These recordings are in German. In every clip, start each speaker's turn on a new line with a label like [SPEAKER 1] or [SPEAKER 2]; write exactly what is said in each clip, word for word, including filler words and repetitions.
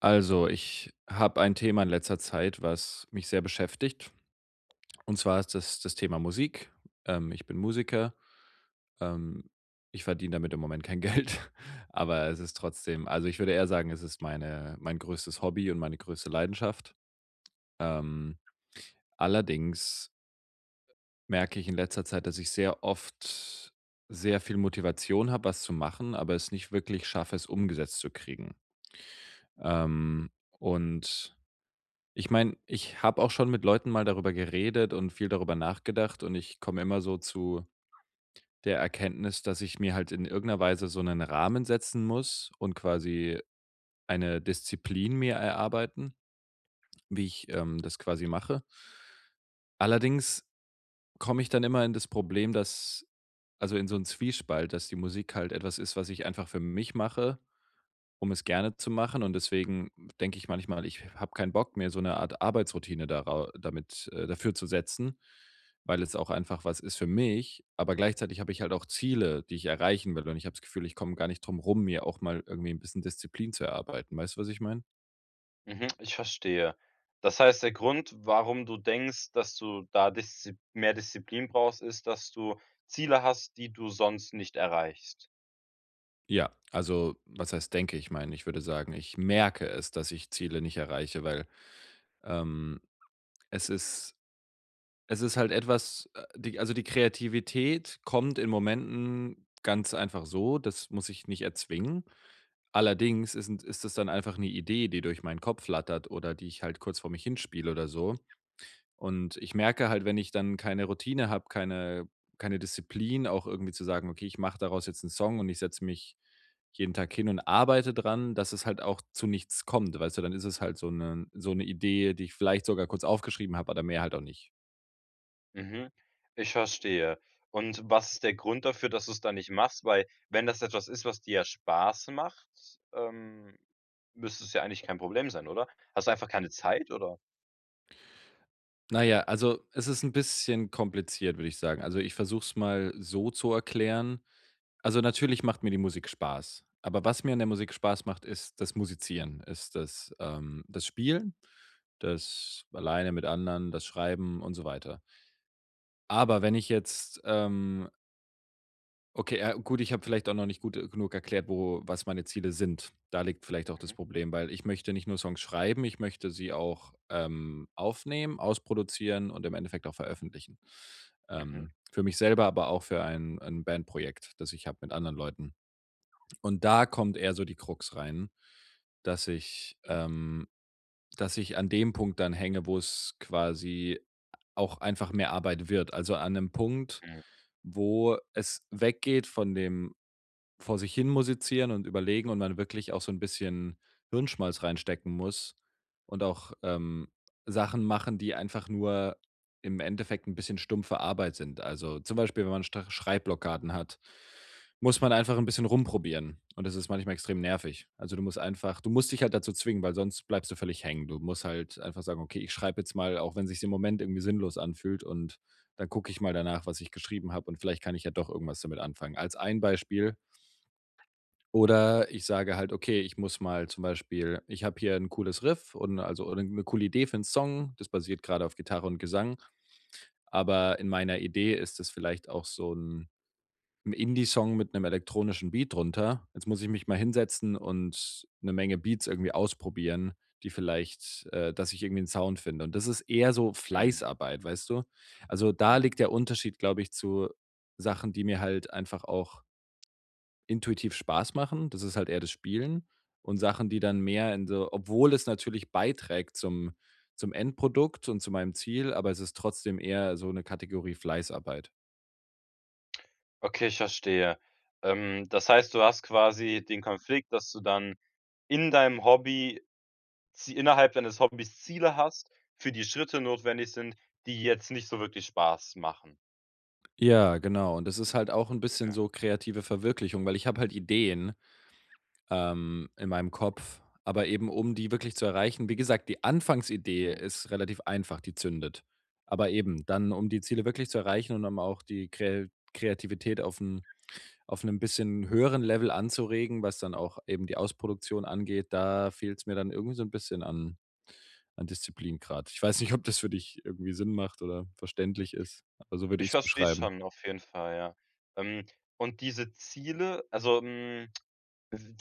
[SPEAKER 1] Also, ich habe ein Thema in letzter Zeit, was mich sehr beschäftigt. Und zwar ist das das Thema Musik. Ähm, ich bin Musiker. Ähm, ich verdiene damit im Moment kein Geld, aber es ist trotzdem also, ich würde eher sagen, es ist meine mein größtes Hobby und meine größte Leidenschaft. Ähm, allerdings merke ich in letzter Zeit, dass ich sehr oft sehr viel Motivation habe, was zu machen, aber es nicht wirklich schaffe, es umgesetzt zu kriegen. Ähm, und Ich meine, ich habe auch schon mit Leuten mal darüber geredet und viel darüber nachgedacht und ich komme immer so zu der Erkenntnis, dass ich mir halt in irgendeiner Weise so einen Rahmen setzen muss und quasi eine Disziplin mir erarbeiten, wie ich, ähm, das quasi mache. Allerdings komme ich dann immer in das Problem, dass also, in so einen Zwiespalt, dass die Musik halt etwas ist, was ich einfach für mich mache, um es gerne zu machen. Und deswegen denke ich manchmal, ich habe keinen Bock, mehr so eine Art Arbeitsroutine darau damit äh, dafür zu setzen, weil es auch einfach was ist für mich. Aber gleichzeitig habe ich halt auch Ziele, die ich erreichen will. Und ich habe das Gefühl, ich komme gar nicht drum rum, mir auch mal irgendwie ein bisschen Disziplin zu erarbeiten. Weißt du, was ich meine?
[SPEAKER 2] Mhm, ich verstehe. Das heißt, der Grund, warum du denkst, dass du da Diszi mehr Disziplin brauchst, ist, dass du Ziele hast, die du sonst nicht erreichst.
[SPEAKER 1] Ja, also, was heißt denke? Ich meine, ich würde sagen, ich merke es, dass ich Ziele nicht erreiche, weil ähm, es ist es ist halt etwas. Äh, die Also, die Kreativität kommt in Momenten ganz einfach so, das muss ich nicht erzwingen. Allerdings ist ist es dann einfach eine Idee, die durch meinen Kopf flattert oder die ich halt kurz vor mich hinspiele oder so. Und ich merke halt, wenn ich dann keine Routine habe, keine keine Disziplin, auch irgendwie zu sagen: „Okay, ich mache daraus jetzt einen Song und ich setze mich jeden Tag hin und arbeite dran“, dass es halt auch zu nichts kommt, weißt du? Dann ist es halt so eine so 'ne Idee, die ich vielleicht sogar kurz aufgeschrieben habe, aber mehr halt auch nicht.
[SPEAKER 2] Mhm, ich verstehe. Und was ist der Grund dafür, dass du es dann nicht machst? Weil wenn das etwas ist, was dir ja Spaß macht, ähm, müsste es ja eigentlich kein Problem sein, oder? Hast du einfach keine Zeit, oder?
[SPEAKER 1] Na ja, also, es ist ein bisschen kompliziert, würde ich sagen. Also, ich versuche es mal so zu erklären. Also, natürlich macht mir die Musik Spaß, aber was mir an der Musik Spaß macht, ist das Musizieren, ist das, ähm das Spielen, das alleine mit anderen, das Schreiben und so weiter. Aber wenn ich jetzt, ähm okay, ja gut, ich habe vielleicht auch noch nicht gut äh, genug erklärt, wo was meine Ziele sind. Da liegt vielleicht auch das
[SPEAKER 2] Mhm,
[SPEAKER 1] Problem, weil ich möchte nicht nur Songs schreiben, ich möchte sie auch, ähm, aufnehmen, ausproduzieren und im Endeffekt auch veröffentlichen. Ähm,
[SPEAKER 2] mhm,
[SPEAKER 1] für mich selber, aber auch für ein ein Bandprojekt, das ich habe mit anderen Leuten. Und da kommt eher so die Krux rein, dass ich ähm, dass ich an dem Punkt dann hänge, wo es quasi auch einfach mehr Arbeit wird. Also an 'nem Punkt,
[SPEAKER 2] mhm,
[SPEAKER 1] wo es weggeht von dem vor sich hin musizieren und überlegen und man wirklich auch so 'n bisschen Hirnschmalz reinstecken muss und auch, ähm, Sachen machen, die einfach nur im Endeffekt 'n bisschen stumpfe Arbeit sind. Also, zum Beispiel, wenn man Sta Schreibblockaden hat, muss man einfach 'n bisschen rumprobieren und das ist manchmal extrem nervig. Also, du musst einfach du musst dich halt dazu zwingen, weil sonst bleibst du völlig hängen. Du musst halt einfach sagen: „Okay, ich schreibe jetzt mal, auch wenn sich's im Moment irgendwie sinnlos anfühlt, und dann gucke ich mal danach, was ich geschrieben habe und vielleicht kann ich ja doch irgendwas damit anfangen.“ Als ein Beispiel, oder ich sage halt: „Okay, ich muss mal zum Beispiel, ich habe hier ein cooles Riff und also oder 'ne coole Idee für 'n Song.“ Das basiert gerade auf Gitarre und Gesang, aber in meiner Idee ist es vielleicht auch so ein 'n Indie-Song mit einem elektronischen Beat drunter. Jetzt muss ich mich mal hinsetzen und eine Menge Beats irgendwie ausprobieren, die vielleicht äh, dass ich irgendwie 'n Sound finde. Und das ist eher so
[SPEAKER 2] mhm,
[SPEAKER 1] Fleißarbeit, weißt du? Also, da liegt
[SPEAKER 2] mhm.
[SPEAKER 1] der Unterschied, glaube ich, zu Sachen, die mir halt einfach auch intuitiv Spaß machen, das ist halt eher das Spielen und Sachen, die dann mehr in so, obwohl es natürlich beiträgt zum zum Endprodukt und zu meinem Ziel, aber es ist trotzdem eher so eine Kategorie Fleißarbeit.
[SPEAKER 2] Okay, ich verstehe. Ähm, das heißt, du hast quasi den Konflikt, dass du dann in deinem Hobby Zie innerhalb deines Hobbys Ziele hast, für die Schritte notwendig sind, die jetzt nicht so wirklich Spaß machen.
[SPEAKER 1] Ja, genau. Und das ist halt auch ein bisschen
[SPEAKER 2] Ja,
[SPEAKER 1] so kreative Verwirklichung, weil ich habe halt Ideen, ähm, in meinem Kopf, aber eben um die wirklich zu erreichen, wie gesagt, die Anfangsidee
[SPEAKER 2] mhm.
[SPEAKER 1] ist relativ einfach, die zündet. Aber eben, dann, um die Ziele wirklich zu erreichen und um auch die Krä Kreativität auf'n auf einem bisschen höheren Level anzuregen, was dann auch eben die Ausproduktion angeht, da fehlt es mir dann irgendwie so ein bisschen an an Disziplin gerade. Ich weiß nicht, ob das für dich irgendwie Sinn macht oder verständlich ist, aber so würde ich
[SPEAKER 2] Ich
[SPEAKER 1] es
[SPEAKER 2] verstehe
[SPEAKER 1] beschreiben.
[SPEAKER 2] schon auf jeden Fall, ja. Ähm, und diese Ziele, also, hm, w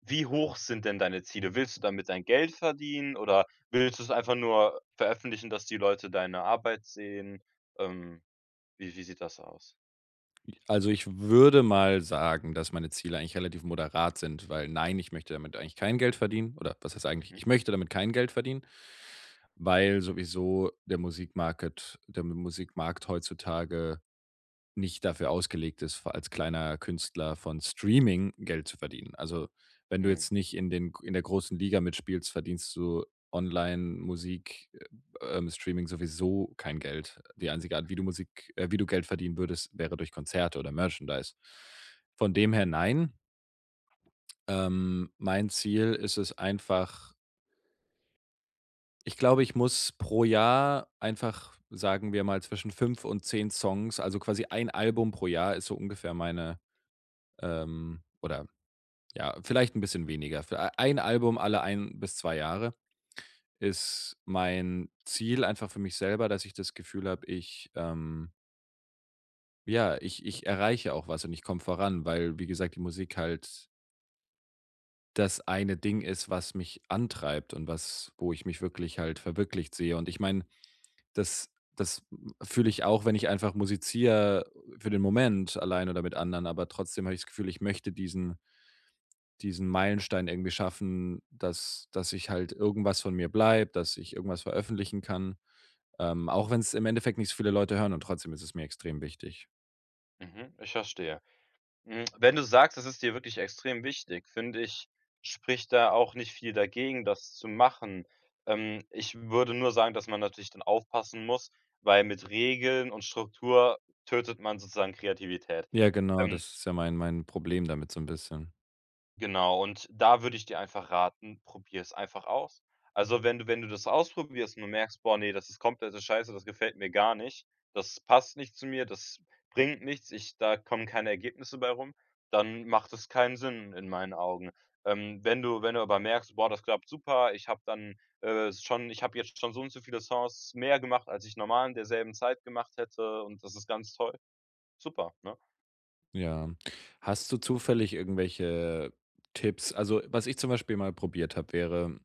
[SPEAKER 2] wie hoch sind denn deine Ziele? Willst du damit dein Geld verdienen oder willst du es einfach nur veröffentlichen, dass die Leute deine Arbeit sehen? Ähm, wie wie sieht das aus?
[SPEAKER 1] Also, ich würde mal sagen, dass meine Ziele eigentlich relativ moderat sind, weil nein, ich möchte damit eigentlich kein Geld verdienen, oder was heißt eigentlich,
[SPEAKER 2] Mhm,
[SPEAKER 1] ich möchte damit kein Geld verdienen, weil sowieso der Musikmarkt der Musikmarkt heutzutage nicht dafür ausgelegt ist, als kleiner Künstler von Streaming Geld zu verdienen. Also, wenn du
[SPEAKER 2] mhm,
[SPEAKER 1] jetzt nicht in den in der großen Liga mitspielst, verdienst du Online-Musik, äh, ähm, Streaming sowieso kein Geld. Die einzige Art, wie du Musik äh, wie du Geld verdienen würdest, wäre durch Konzerte oder Merchandise. Von dem her nein. Ähm, mein Ziel ist es einfach, ich glaube, ich muss pro Jahr einfach, sagen wir mal, zwischen fünf und zehn Songs, also quasi ein Album pro Jahr ist so ungefähr meine. Ähm, oder ja, vielleicht ein bisschen weniger. Für ei ein Album alle ein bis zwei Jahre ist mein Ziel einfach für mich selber, dass ich das Gefühl habe, ich, ähm ja, ich ich erreiche auch was und ich komme voran, weil, wie gesagt, die Musik halt das eine Ding ist, was mich antreibt und was wo ich mich wirklich halt verwirklicht sehe. Und ich meine, das das fühle ich auch, wenn ich einfach musiziere für den Moment allein oder mit anderen, aber trotzdem habe ich das Gefühl, ich möchte diesen diesen Meilenstein irgendwie schaffen, dass dass ich halt irgendwas von mir bleibt, dass ich irgendwas veröffentlichen kann, ähm, auch wenn es im Endeffekt nicht so viele Leute hören und trotzdem ist es mir extrem wichtig.
[SPEAKER 2] mhm, ich verstehe. Hm, wenn du sagst, es ist dir wirklich extrem wichtig, finde ich, spricht da auch nicht viel dagegen, das zu machen. Ähm, ich würde nur sagen, dass man natürlich dann aufpassen muss, weil mit Regeln und Struktur tötet man sozusagen Kreativität.
[SPEAKER 1] Ja, genau,
[SPEAKER 2] Ähm,
[SPEAKER 1] das ist ja mein mein Problem damit so ein bisschen.
[SPEAKER 2] Genau, und da würde ich dir einfach raten, probier es einfach aus. Also, wenn du wenn du das ausprobierst und du merkst: „Boah, nee, das ist komplette Scheiße, das gefällt mir gar nicht, das passt nicht zu mir, das bringt nichts, ich da kommen keine Ergebnisse bei rum“, dann macht es keinen Sinn in meinen Augen. Ähm, wenn du wenn du aber merkst: „Boah, das klappt super, ich habe dann, äh, schon ich habe jetzt schon so und so viele Songs mehr gemacht, als ich normal in derselben Zeit gemacht hätte und das ist ganz toll“, super, ne?
[SPEAKER 1] Ja. Hast du zufällig irgendwelche Tipps? Also, was ich zum Beispiel mal probiert habe, wäre,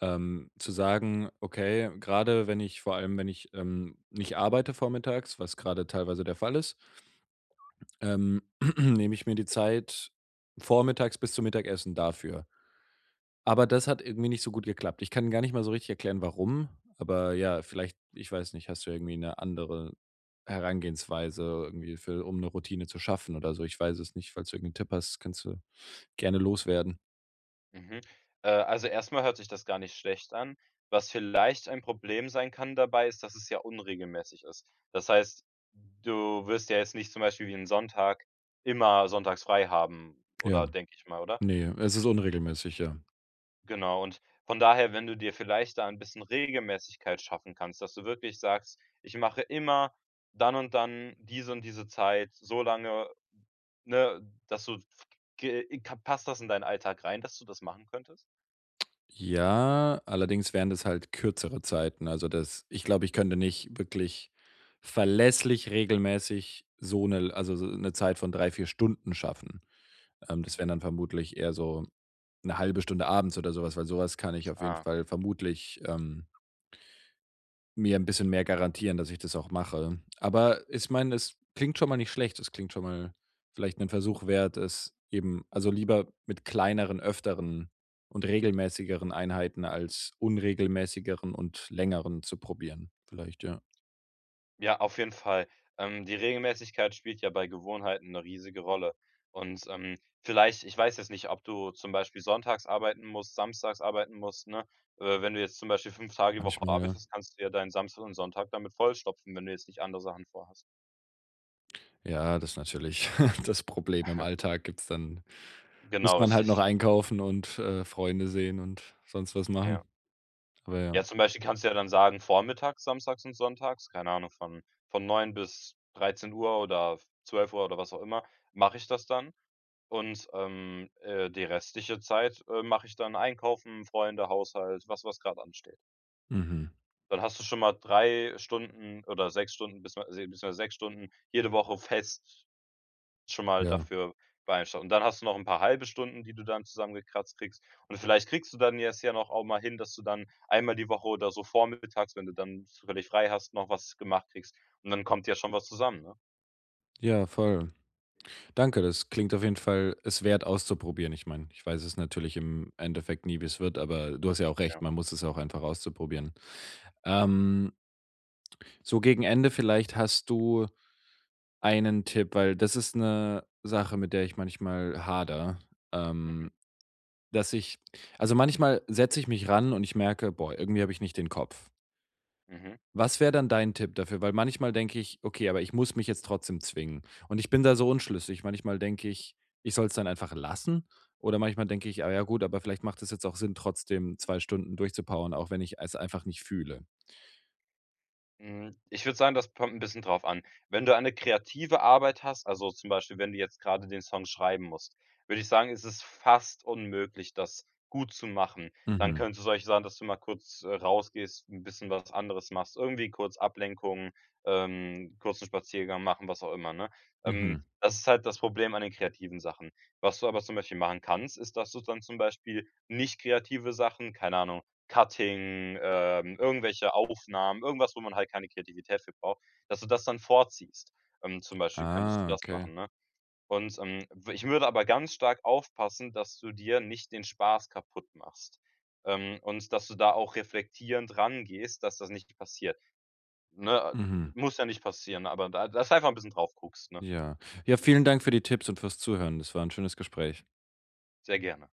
[SPEAKER 1] ähm, zu sagen: „Okay, gerade wenn ich, vor allem, wenn ich, ähm, nicht arbeite vormittags, was gerade teilweise der Fall ist, Ähm, nehme ich mir die Zeit vormittags bis zum Mittagessen dafür.“ Aber das hat irgendwie nicht so gut geklappt. Ich kann gar nicht mal so richtig erklären, warum. Aber ja, vielleicht, ich weiß nicht, hast du irgendwie eine andere Herangehensweise irgendwie für, um eine Routine zu schaffen oder so? Ich weiß es nicht. Falls du irgend 'n Tipp hast, kannst du gerne loswerden.
[SPEAKER 2] Mhm. Äh, also, erstmal hört sich das gar nicht schlecht an. Was vielleicht ein Problem sein kann dabei, ist, dass es ja unregelmäßig ist. Das heißt, du wirst ja jetzt nicht zum Beispiel wie 'n Sonntag immer sonntags frei haben
[SPEAKER 1] Ja,
[SPEAKER 2] oder, denke ich mal, oder?
[SPEAKER 1] nee, es ist unregelmäßig, ja.
[SPEAKER 2] Genau, und von daher, wenn du dir vielleicht da 'n bisschen Regelmäßigkeit schaffen kannst, dass du wirklich sagst: „Ich mache immer dann und dann diese und diese Zeit so lange“, ne, dass du f ge ka passt das in deinen Alltag rein, dass du das machen könntest?
[SPEAKER 1] Ja, allerdings wären das halt kürzere Zeiten. Also, das, ich glaube, ich könnte nicht wirklich verlässlich regelmäßig so eine, also, so 'ne Zeit von drei vier Stunden schaffen. Ähm, das wären
[SPEAKER 2] Mhm.
[SPEAKER 1] dann vermutlich eher so eine halbe Stunde abends oder sowas, weil sowas kann ich auf jeden
[SPEAKER 2] Ah.
[SPEAKER 1] Fall vermutlich, ähm mir ein bisschen mehr garantieren, dass ich das auch mache. Aber ich meine, es klingt schon mal nicht schlecht. Es klingt schon mal vielleicht 'nen Versuch wert, es eben, also, lieber mit kleineren, öfteren und regelmäßigeren Einheiten als unregelmäßigeren und längeren zu probieren. Vielleicht, ja.
[SPEAKER 2] Ja, auf jeden Fall. Ähm, die Regelmäßigkeit spielt ja bei Gewohnheiten 'ne riesige Rolle. Und, ähm, vielleicht, ich weiß jetzt nicht, ob du zum Beispiel sonntags arbeiten musst, samstags arbeiten musst, ne? Äh, wenn du jetzt zum Beispiel fünf Tage die Woche
[SPEAKER 1] Manchmal, ja.
[SPEAKER 2] arbeitest, kannst du ja deinen Samstag und Sonntag damit vollstopfen, wenn du jetzt nicht andere Sachen vorhast.
[SPEAKER 1] Ja, das ist natürlich das Problem. Im Alltag gibt's dann, muss
[SPEAKER 2] Genau,
[SPEAKER 1] man halt noch
[SPEAKER 2] richtig.
[SPEAKER 1] einkaufen und, äh, Freunde sehen und sonst was machen.
[SPEAKER 2] Ja.
[SPEAKER 1] Aber ja.
[SPEAKER 2] Ja, zum Beispiel kannst du ja dann sagen, vormittags, samstags und sonntags, keine Ahnung, von von neun bis dreizehn Uhr oder f zwölf Uhr oder was auch immer, mache ich das dann. Und, ähm, äh, die restliche Zeit, äh, mache ich dann Einkaufen, Freunde, Haushalt, was was gerade ansteht.
[SPEAKER 1] Mhm.
[SPEAKER 2] Dann hast du schon mal drei Stunden oder sechs Stunden bis mal se beziehungsweise sechs Stunden jede Woche fest schon mal
[SPEAKER 1] Ja.
[SPEAKER 2] dafür beeinflusst. Und dann hast du noch ein paar halbe Stunden, die du dann zusammengekratzt kriegst. Und vielleicht kriegst du dann jetzt ja noch auch mal hin, dass du dann einmal die Woche oder so vormittags, wenn du dann völlig frei hast, noch was gemacht kriegst. Und dann kommt ja schon was zusammen, ne?
[SPEAKER 1] Ja, voll. Danke, das klingt auf jeden Fall es wert auszuprobieren. Ich meine, ich weiß es natürlich im Endeffekt nie, wie es wird, aber du hast ja auch recht,
[SPEAKER 2] Ja.
[SPEAKER 1] man muss es ja auch einfach auszuprobieren. Ähm, so gegen Ende vielleicht hast du einen Tipp, weil das ist eine Sache, mit der ich manchmal hader,
[SPEAKER 2] Mhm,
[SPEAKER 1] ähm, dass ich, also, manchmal setze ich mich ran und ich merke: „Boah, irgendwie habe ich nicht den Kopf.“
[SPEAKER 2] mhm.
[SPEAKER 1] Was wäre dann dein Tipp dafür? Weil manchmal denke ich: „Okay, aber ich muss mich jetzt trotzdem zwingen.“ Und ich bin da so unschlüssig. Manchmal denke ich, ich soll es dann einfach lassen, oder manchmal denke ich: „Ah ja gut, aber vielleicht macht es jetzt auch Sinn, trotzdem zwei Stunden durchzupowern, auch wenn ich es einfach nicht fühle.“
[SPEAKER 2] Hm, ich würde sagen, das kommt ein bisschen drauf an. Wenn du eine kreative Arbeit hast, also zum Beispiel, wenn du jetzt gerade den Song schreiben musst, würde ich sagen, ist es fast unmöglich, das gut zu machen. Dann
[SPEAKER 1] Mhm.
[SPEAKER 2] könnte es euch sein, dass du mal kurz, äh, rausgehst, ein bisschen was anderes machst, irgendwie kurz Ablenkung, ähm, kurzen Spaziergang machen, was auch immer, ne?
[SPEAKER 1] mhm.
[SPEAKER 2] Ähm, das ist halt das Problem an den kreativen Sachen. Was du aber zum Beispiel machen kannst, ist, dass du dann zum Beispiel nicht kreative Sachen, keine Ahnung, Cutting, ähm, irgendwelche Aufnahmen, irgendwas, wo man halt keine Kreativität für braucht, dass du das dann vorziehst. Ähm, zum Beispiel könntest du
[SPEAKER 1] Ah,
[SPEAKER 2] das
[SPEAKER 1] okay.
[SPEAKER 2] machen, ne? Und, ähm, w ich würde aber ganz stark aufpassen, dass du dir nicht den Spaß kaputt machst, ähm, und dass du da auch reflektierend rangehst, dass das nicht passiert, ne? Äh,
[SPEAKER 1] Mhm.
[SPEAKER 2] muss ja nicht passieren, aber da, dass du einfach ein bisschen drauf guckst, ne?
[SPEAKER 1] Ja. Ja, vielen Dank für die Tipps und fürs Zuhören. Das war ein schönes Gespräch.
[SPEAKER 2] Sehr gerne.